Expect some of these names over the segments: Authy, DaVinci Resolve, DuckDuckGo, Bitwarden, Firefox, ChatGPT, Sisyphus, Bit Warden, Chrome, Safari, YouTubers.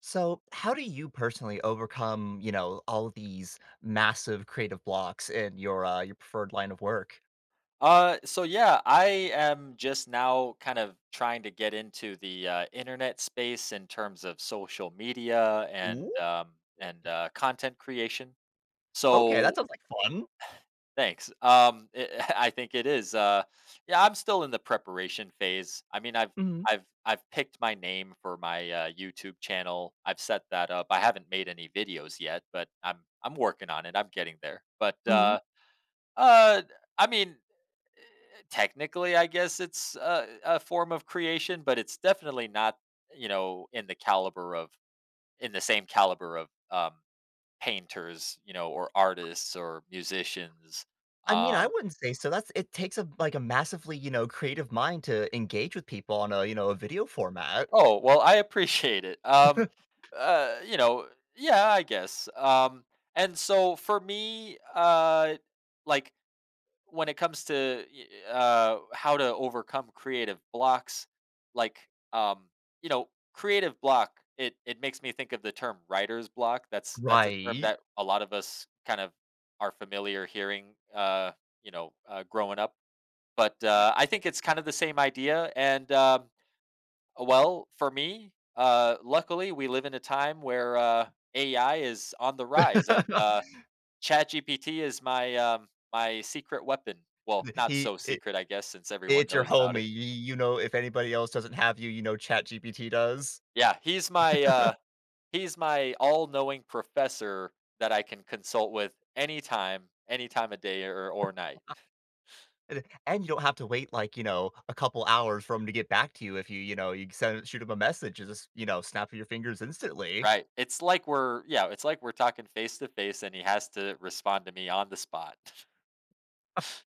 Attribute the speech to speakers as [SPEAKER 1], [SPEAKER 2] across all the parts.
[SPEAKER 1] So, how do you personally overcome, all these massive creative blocks in your preferred line of work?
[SPEAKER 2] So yeah, I am just now kind of trying to get into the internet space in terms of social media and
[SPEAKER 1] Ooh,
[SPEAKER 2] um, and uh, content creation.
[SPEAKER 1] okay, that
[SPEAKER 2] So
[SPEAKER 1] sounds like fun.
[SPEAKER 2] thanks. It, I think it is. Yeah, I'm still in the preparation phase. I mean, I've
[SPEAKER 1] Mhm,
[SPEAKER 2] I've I've picked my name for my YouTube channel. I've set that up. I haven't made any videos yet, but I'm working on it. I'm getting there. But
[SPEAKER 1] mhm.
[SPEAKER 2] uh, I mean, eh, Technically, I guess it's a form of creation, but it's definitely not, you know, in the caliber of in the same caliber of um, painters, you know, or artists or musicians.
[SPEAKER 1] I mean, I
[SPEAKER 2] Um,
[SPEAKER 1] wouldn't say so. That's It takes a massively, creative mind to engage with people on a, a video format.
[SPEAKER 2] oh well, I appreciate it. Uh, you know, yeah, I guess. And so for me, like when it comes to how to overcome creative blocks, like um, you know, creative block, it makes me think of the term writer's block. That's a term
[SPEAKER 1] Right.
[SPEAKER 2] that a lot of us kind of are familiar hearing, growing up. But I think it's kind of the same idea. For me, luckily, we live in a time where AI is on the rise, and ChatGPT is my, my secret weapon. Well, not
[SPEAKER 1] He
[SPEAKER 2] so
[SPEAKER 1] it,
[SPEAKER 2] secret, I guess, since everyone
[SPEAKER 1] it's your
[SPEAKER 2] knows about
[SPEAKER 1] homie.
[SPEAKER 2] it.
[SPEAKER 1] If anybody else doesn't have you, Chat GPT does.
[SPEAKER 2] Yeah, he's my all-knowing professor that I can consult with anytime, any time of day or night.
[SPEAKER 1] And you don't have to wait, like, a couple hours for 'em to get back to you if you, you know, you send shoot him a message and just, snap of your fingers instantly.
[SPEAKER 2] Right. It's like we're talking face to face and he has to respond to me on the spot.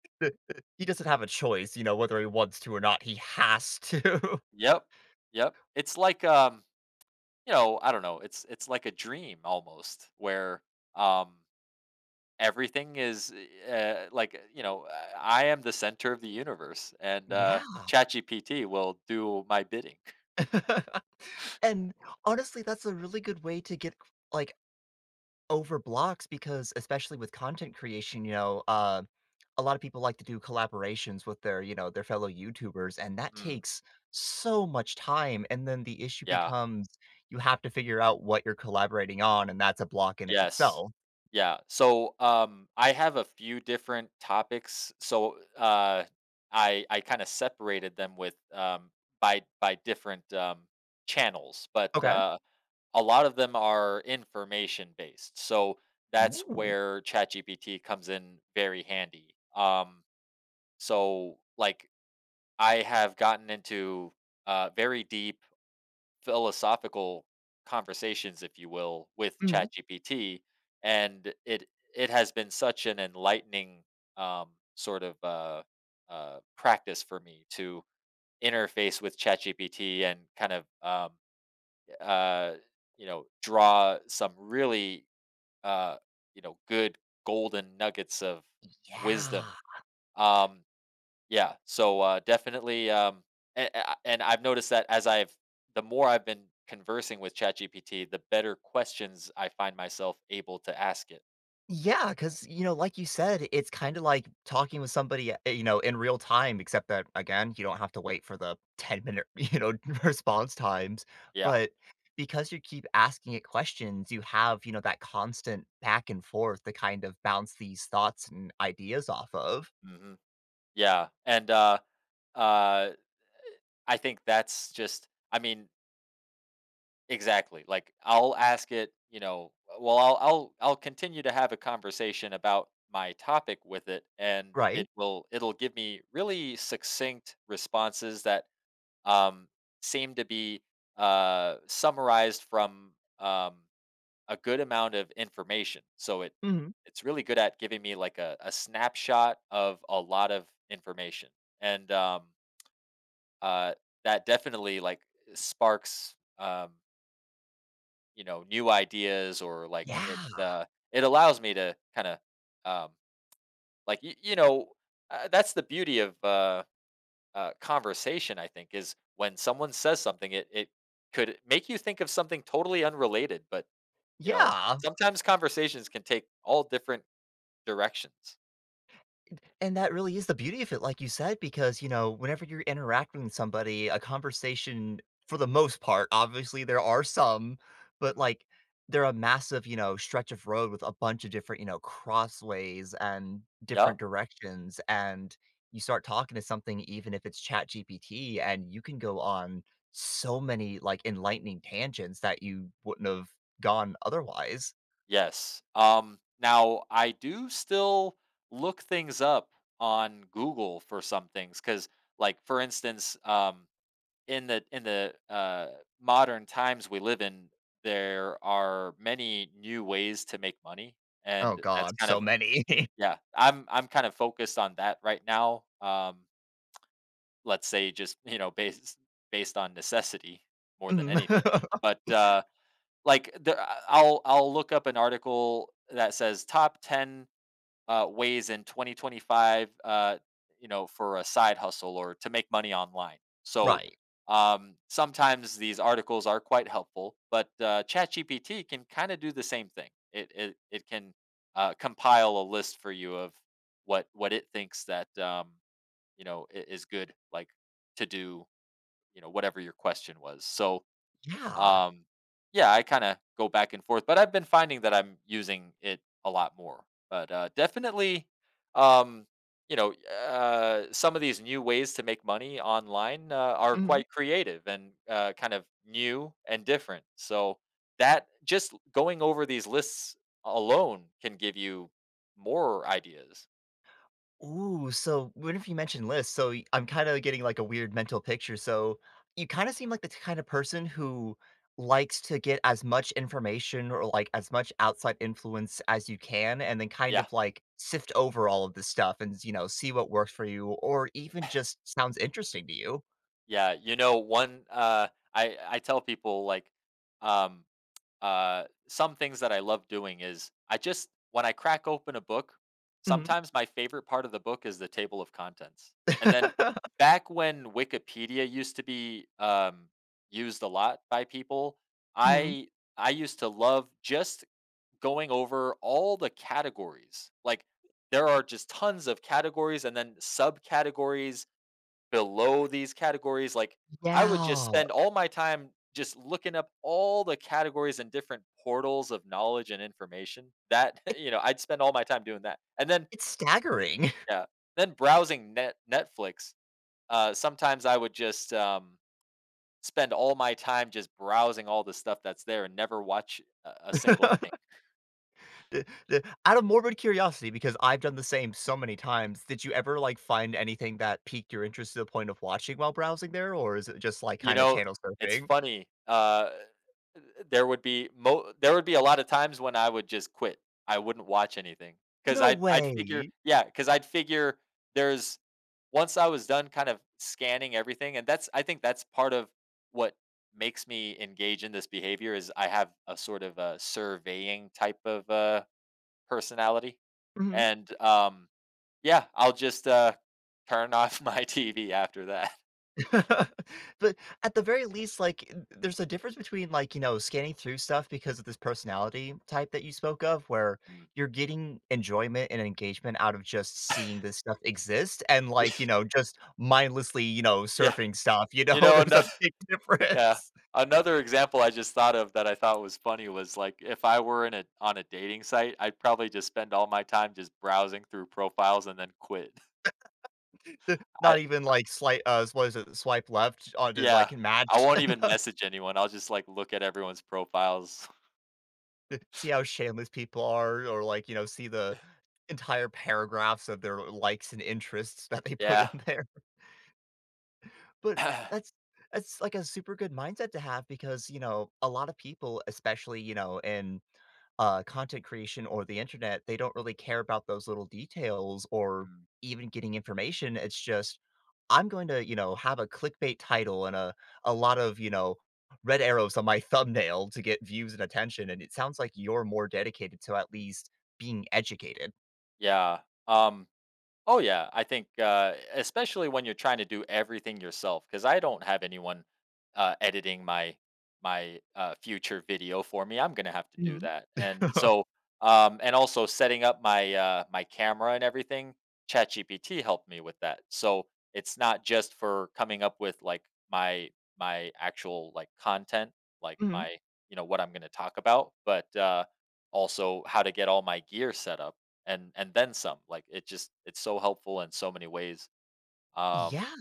[SPEAKER 1] He doesn't have a choice, whether he wants to or not, he has to.
[SPEAKER 2] Yep. Yep. It's like, you know, I don't know, it's like a dream almost where, um everything is I am the center of the universe and
[SPEAKER 1] Yeah.
[SPEAKER 2] chat will do my bidding.
[SPEAKER 1] And, honestly, that's a really good way to get, like, over blocks because especially with content creation, a lot of people like to do collaborations with their fellow YouTubers, and that
[SPEAKER 2] Mm,
[SPEAKER 1] takes so much time, and then the issue
[SPEAKER 2] yeah.
[SPEAKER 1] becomes you have to figure out what you're collaborating on, and that's a block in of
[SPEAKER 2] Yes,
[SPEAKER 1] itself.
[SPEAKER 2] yeah. So I have a few different topics, so I kind of separated them with by different channels, but
[SPEAKER 1] Okay.
[SPEAKER 2] a lot of them are information based, so that's
[SPEAKER 1] Ooh.
[SPEAKER 2] where ChatGPT comes in very handy. So, like, I have gotten into very deep philosophical conversations, if you will, with
[SPEAKER 1] Mhm.
[SPEAKER 2] ChatGPT, and it has been such an enlightening um, sort of uh, practice for me to interface with ChatGPT and kind of uh, you know draw some really uh, you know good golden nuggets of wisdom.
[SPEAKER 1] Yeah.
[SPEAKER 2] Um, yeah. So definitely, and, and I've noticed that as I've the more I've been conversing with ChatGPT, the better questions I find myself able to ask it.
[SPEAKER 1] Yeah, because like you said, it's kinda like talking with somebody, in real time, except that, again, you don't have to wait for the 10-minute, response times,
[SPEAKER 2] Yeah.
[SPEAKER 1] but because you keep asking it questions, you have, that constant back and forth to kind of bounce these thoughts and ideas off of,
[SPEAKER 2] Hmm. Yeah. And uh, I think that's just. I mean, exactly. Like I'll ask it. You know. Well, I'll continue to have a conversation about my topic with it, and it
[SPEAKER 1] right?
[SPEAKER 2] will it'll give me really succinct responses that um, seem to be summarized from um, a good amount of information. So it
[SPEAKER 1] Mhm.
[SPEAKER 2] it's really good at giving me like a snapshot of a lot of information, and uh, that definitely like sparks you know new ideas. or like it
[SPEAKER 1] Yeah.
[SPEAKER 2] uh, it allows me to kind of um, you know that's the beauty of conversation, I think, is when someone says something, it could make you think of something totally unrelated. But you know,
[SPEAKER 1] Yeah.
[SPEAKER 2] sometimes conversations can take all different directions.
[SPEAKER 1] And that really is the beauty of it, like you said, because, whenever you're interacting with somebody, a conversation, for the most part, obviously there are some, but
[SPEAKER 2] Um,
[SPEAKER 1] like they're a massive, stretch of road with a bunch of different, crossways and
[SPEAKER 2] yep.
[SPEAKER 1] different directions. And you start talking to something, even if it's Chat GPT, and you can go on so many like enlightening tangents that you wouldn't have gone otherwise.
[SPEAKER 2] Yes. Now I do still look things up on Google for some things because, like, for instance, in the modern times we live in, there are many new ways to make money,
[SPEAKER 1] Oh
[SPEAKER 2] and that's
[SPEAKER 1] God,
[SPEAKER 2] kind
[SPEAKER 1] so
[SPEAKER 2] of.
[SPEAKER 1] many.
[SPEAKER 2] Yeah, I'm kind of focused on that right now. Let's say just you know based on necessity more than
[SPEAKER 1] Mhm.
[SPEAKER 2] anything. But uh, I'll look up an article that says top ten ways in 2025, you know, for a side hustle or to make money online. So
[SPEAKER 1] Right.
[SPEAKER 2] sometimes these articles are quite helpful, but ChatGPT can kind of do the same thing. It can compile a list for you of what it thinks that you know is good, like to do, you know, whatever your question was. So
[SPEAKER 1] Yeah.
[SPEAKER 2] um, yeah, I kinda go back and forth, but I've been finding that I'm using it a lot more. But, definitely, um, some of these new ways to make money online, are
[SPEAKER 1] Mhm.
[SPEAKER 2] quite creative and, kind of new and different. So that just going over these lists alone can give you more ideas.
[SPEAKER 1] Ooh, so what if you mentioned lists, so I'm kind of getting like a weird mental picture. So you kind of seem like the kind of person who likes to get as much information or like as much outside influence as you can, and then kind
[SPEAKER 2] Yeah.
[SPEAKER 1] of like sift over all of this stuff and see what works for you, or even just sounds interesting to you.
[SPEAKER 2] Yeah, you know, I tell people, like, um some things that I love doing is I just when I crack open a book,
[SPEAKER 1] Hmm.
[SPEAKER 2] sometimes my favorite part of the book is the table of contents. And then back when Wikipedia used to be used a lot by people,
[SPEAKER 1] Hmm.
[SPEAKER 2] I I used to love just going over all the categories. Like there are just tons of categories and then subcategories below these categories, like, I would just
[SPEAKER 1] Yeah,
[SPEAKER 2] spend all my time just looking up all the categories and different portals of knowledge and information that
[SPEAKER 1] it,
[SPEAKER 2] you know, I'd spend all my time doing that, and then
[SPEAKER 1] it's staggering.
[SPEAKER 2] yeah, then browsing Netflix, sometimes I would just, spend all my time just browsing all the stuff that's there and never watch a single thing.
[SPEAKER 1] D d Out of morbid curiosity, because I've done the same so many times, did you ever, like, find anything that piqued your interest to the point of watching while browsing there, or is it just, like,
[SPEAKER 2] You
[SPEAKER 1] kinda
[SPEAKER 2] know,
[SPEAKER 1] channel
[SPEAKER 2] it's
[SPEAKER 1] surfing?
[SPEAKER 2] funny, there would be a lot of times when I would just quit. I wouldn't watch anything because
[SPEAKER 1] No
[SPEAKER 2] I 'cause I'd figure
[SPEAKER 1] way.
[SPEAKER 2] yeah, because 'cause I'd figure there's once I was done kind of scanning everything, and that's I think that's part of what makes me engage in this behavior is I have a sort of a surveying type of, personality,
[SPEAKER 1] Mhm.
[SPEAKER 2] and, yeah, I'll just, turn off my TV after that.
[SPEAKER 1] But at the very least, like, th there's a difference between, like, scanning through stuff because of this personality type that you spoke of, where
[SPEAKER 2] Mm.
[SPEAKER 1] you're getting enjoyment and engagement out of just seeing this stuff exist and, like, just mindlessly,
[SPEAKER 2] Yeah,
[SPEAKER 1] surfing stuff, you
[SPEAKER 2] you
[SPEAKER 1] know?
[SPEAKER 2] know,
[SPEAKER 1] There's
[SPEAKER 2] ano
[SPEAKER 1] a big
[SPEAKER 2] yeah.
[SPEAKER 1] difference.
[SPEAKER 2] Another example I just thought of that I thought was funny was like if I were in a on a dating site, I'd probably just spend all my time just browsing through profiles and then quit. I
[SPEAKER 1] Not even like slight what is it? Swipe left on to
[SPEAKER 2] Yeah.
[SPEAKER 1] like
[SPEAKER 2] I
[SPEAKER 1] match,
[SPEAKER 2] won't even message anyone. I'll just like look at everyone's profiles.
[SPEAKER 1] see how shameless people are, or like see the entire paragraphs of their likes and interests that they put
[SPEAKER 2] Yeah.
[SPEAKER 1] in there. But that's that's like a super good mindset to have because, a lot of people, especially, in content creation or the internet, they don't really care about those little details or
[SPEAKER 2] Mm,
[SPEAKER 1] even getting information. It's just, I'm going to, have a clickbait title and a lot
[SPEAKER 2] mhm,
[SPEAKER 1] of, red arrows on my thumbnail to get views and attention. And it sounds like you're more dedicated to at
[SPEAKER 2] mhm.
[SPEAKER 1] least being educated.
[SPEAKER 2] Yeah. Um Oh yeah, I think especially when you're trying to do everything yourself, because I don't have anyone editing my future video for me. I'm gonna have to do
[SPEAKER 1] Hmm.
[SPEAKER 2] that, and so and also setting up my my camera and everything. ChatGPT helped me with that, so it's not just for coming up with like my my actual like content, like
[SPEAKER 1] Hmm.
[SPEAKER 2] my you know what I'm gonna talk about, but also how to get all my gear set up and then some. Like it's so helpful in so many ways. Um,
[SPEAKER 1] Yeah.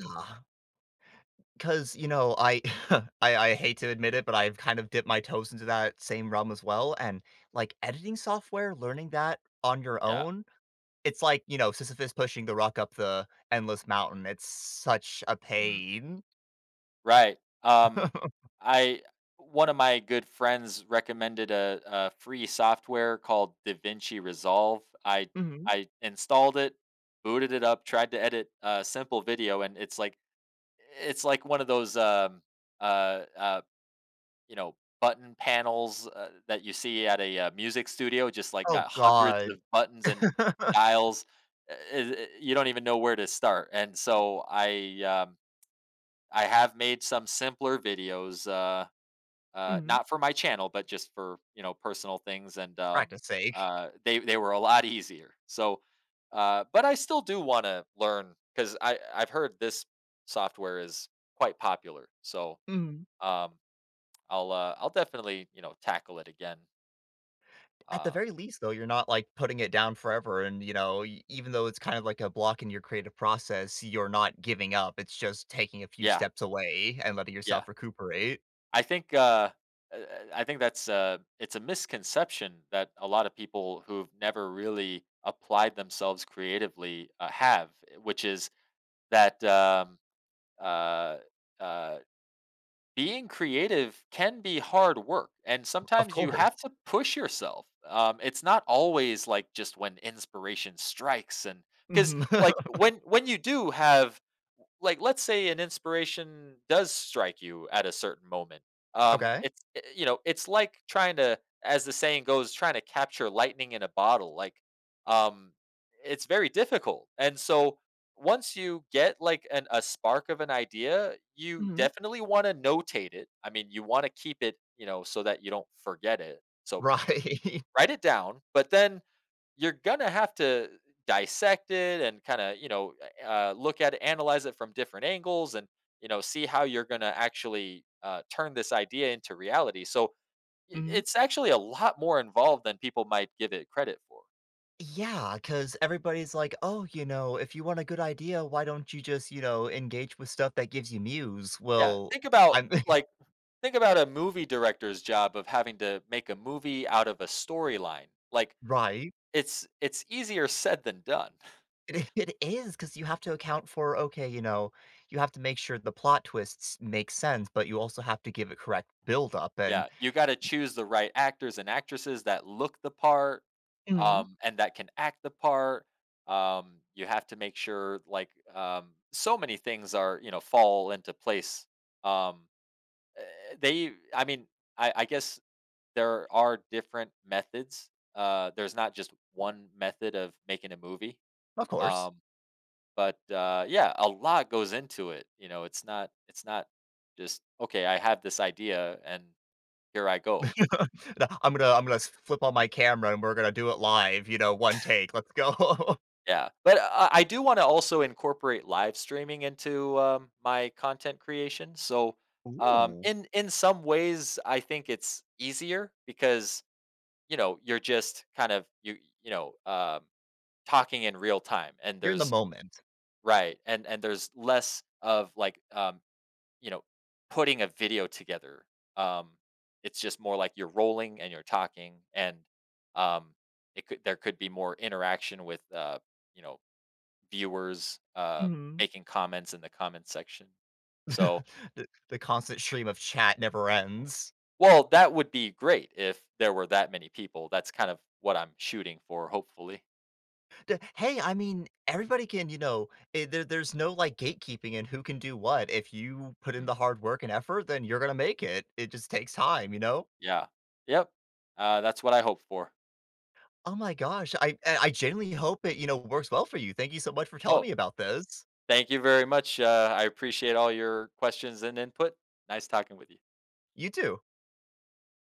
[SPEAKER 1] 'Cause, I I hate to admit it, but I've kind of dipped my toes into that same realm as well, and, like, editing software, learning that on your
[SPEAKER 2] yeah,
[SPEAKER 1] own, it's like, Sisyphus pushing the rock up the endless mountain, it's such a
[SPEAKER 2] mm,
[SPEAKER 1] pain.
[SPEAKER 2] right. Um, I One of my good friends recommended a free software called DaVinci Resolve.
[SPEAKER 1] Mhm.
[SPEAKER 2] I installed it, booted it up, tried to edit a simple video, and it's like one of those uh, uh, you know, button panels, that you see at a, music studio just, like,
[SPEAKER 1] Oh
[SPEAKER 2] got hundreds
[SPEAKER 1] God.
[SPEAKER 2] of buttons and dials. I You don't even know where to start, and so I have made some simpler videos,
[SPEAKER 1] Mhm.
[SPEAKER 2] not for my channel, but just for, you know, personal things, and,
[SPEAKER 1] Practice sake.
[SPEAKER 2] they were a lot easier. So, but I still do wanna learn because I've heard this software is quite popular, so,
[SPEAKER 1] Mhm.
[SPEAKER 2] um I'll definitely, you know, tackle it again.
[SPEAKER 1] At the
[SPEAKER 2] Uh
[SPEAKER 1] very least, though, you're not, like, putting it down forever and, you know, e even though it's kind of like a block in your creative process, you're not giving up, it's just taking a few
[SPEAKER 2] yeah.
[SPEAKER 1] steps away and letting
[SPEAKER 2] Yeah.
[SPEAKER 1] yourself recuperate.
[SPEAKER 2] I think uh uh, uh, I think that's it's a misconception that a lot of people who've never really applied themselves creatively have, which is that uh uh being creative can be hard work, and
[SPEAKER 1] Of
[SPEAKER 2] sometimes you
[SPEAKER 1] course.
[SPEAKER 2] have to push yourself. It's not always like just when inspiration strikes. And cuz
[SPEAKER 1] Mhm.
[SPEAKER 2] Like when you do have like, let's say, an inspiration does strike you at a certain moment,
[SPEAKER 1] Okay.
[SPEAKER 2] you know, it's like trying to, as the saying goes, trying to capture lightning in a bottle. Um it's very difficult, and so once you get like an a spark of an idea, you
[SPEAKER 1] Mhm.
[SPEAKER 2] definitely want to notate it. I mean, you want to keep it, you know, so that you don't forget it. So
[SPEAKER 1] Right.
[SPEAKER 2] write it down, but then you're gonna have to dissect it and kind of, you know, look at it, analyze it from different angles, and you know, see how you're gonna actually turn this idea into reality. So
[SPEAKER 1] Mhm.
[SPEAKER 2] it's actually a lot more involved than people might give it credit for.
[SPEAKER 1] Because everybody's like, "Oh, if you want a good idea, why don't you just, engage with stuff that gives you muse?"
[SPEAKER 2] Yeah,
[SPEAKER 1] Well,
[SPEAKER 2] think about
[SPEAKER 1] I'm.
[SPEAKER 2] like think about a movie director's job of having to make a movie out of a storyline. like
[SPEAKER 1] Right.
[SPEAKER 2] it's easier said than done.
[SPEAKER 1] It it is, because you have to account for, okay, you have to make sure the plot twists make sense, but you also have to give it correct buildup, and.
[SPEAKER 2] Yeah, you gotta choose the right actors and actresses that look the part,
[SPEAKER 1] Mhm.
[SPEAKER 2] and that can act the part. You have to make sure, like, so many things are, you know, fall into place. Um, eh, I mean, I guess there are different methods. There's not just one method of making a movie.
[SPEAKER 1] Of course,
[SPEAKER 2] Um, but Yeah, a lot goes into it. You know, it's not just okay. I have this idea, and here I go.
[SPEAKER 1] the I'm gonna s flip on my camera, and we're gonna do it live, one take, let's go.
[SPEAKER 2] Yeah, but I do wanna also incorporate live streaming into, my content creation, so,
[SPEAKER 1] Ooh,
[SPEAKER 2] in some ways, I think it's easier because, you know, you're just kind of you know, um, talking in real time, and
[SPEAKER 1] you're in the
[SPEAKER 2] there's
[SPEAKER 1] moment.
[SPEAKER 2] right, and there's less of, like, you know, putting a video together, um, it's just more like you're rolling and you're talking, and, um, it could there could be more interaction with, you know, viewers
[SPEAKER 1] Mhm.
[SPEAKER 2] making comments in the comments section. So,
[SPEAKER 1] The constant stream of chat never ends.
[SPEAKER 2] well, that would be great if there were that many people. That's kind of what I'm shooting for, hopefully.
[SPEAKER 1] D Hey, I mean, everybody can, there's no, like, gatekeeping in who can do what. If you put in
[SPEAKER 2] Mm,
[SPEAKER 1] the hard work and effort, then you're gonna make it. It just takes time, you know?
[SPEAKER 2] yeah. Yep. That's what I hope for.
[SPEAKER 1] Oh my gosh, I genuinely hope it, works well for you. Thank you so much for telling
[SPEAKER 2] Oh,
[SPEAKER 1] me about this.
[SPEAKER 2] thank you very much. I appreciate all your questions and input. Nice talking with you.
[SPEAKER 1] You too.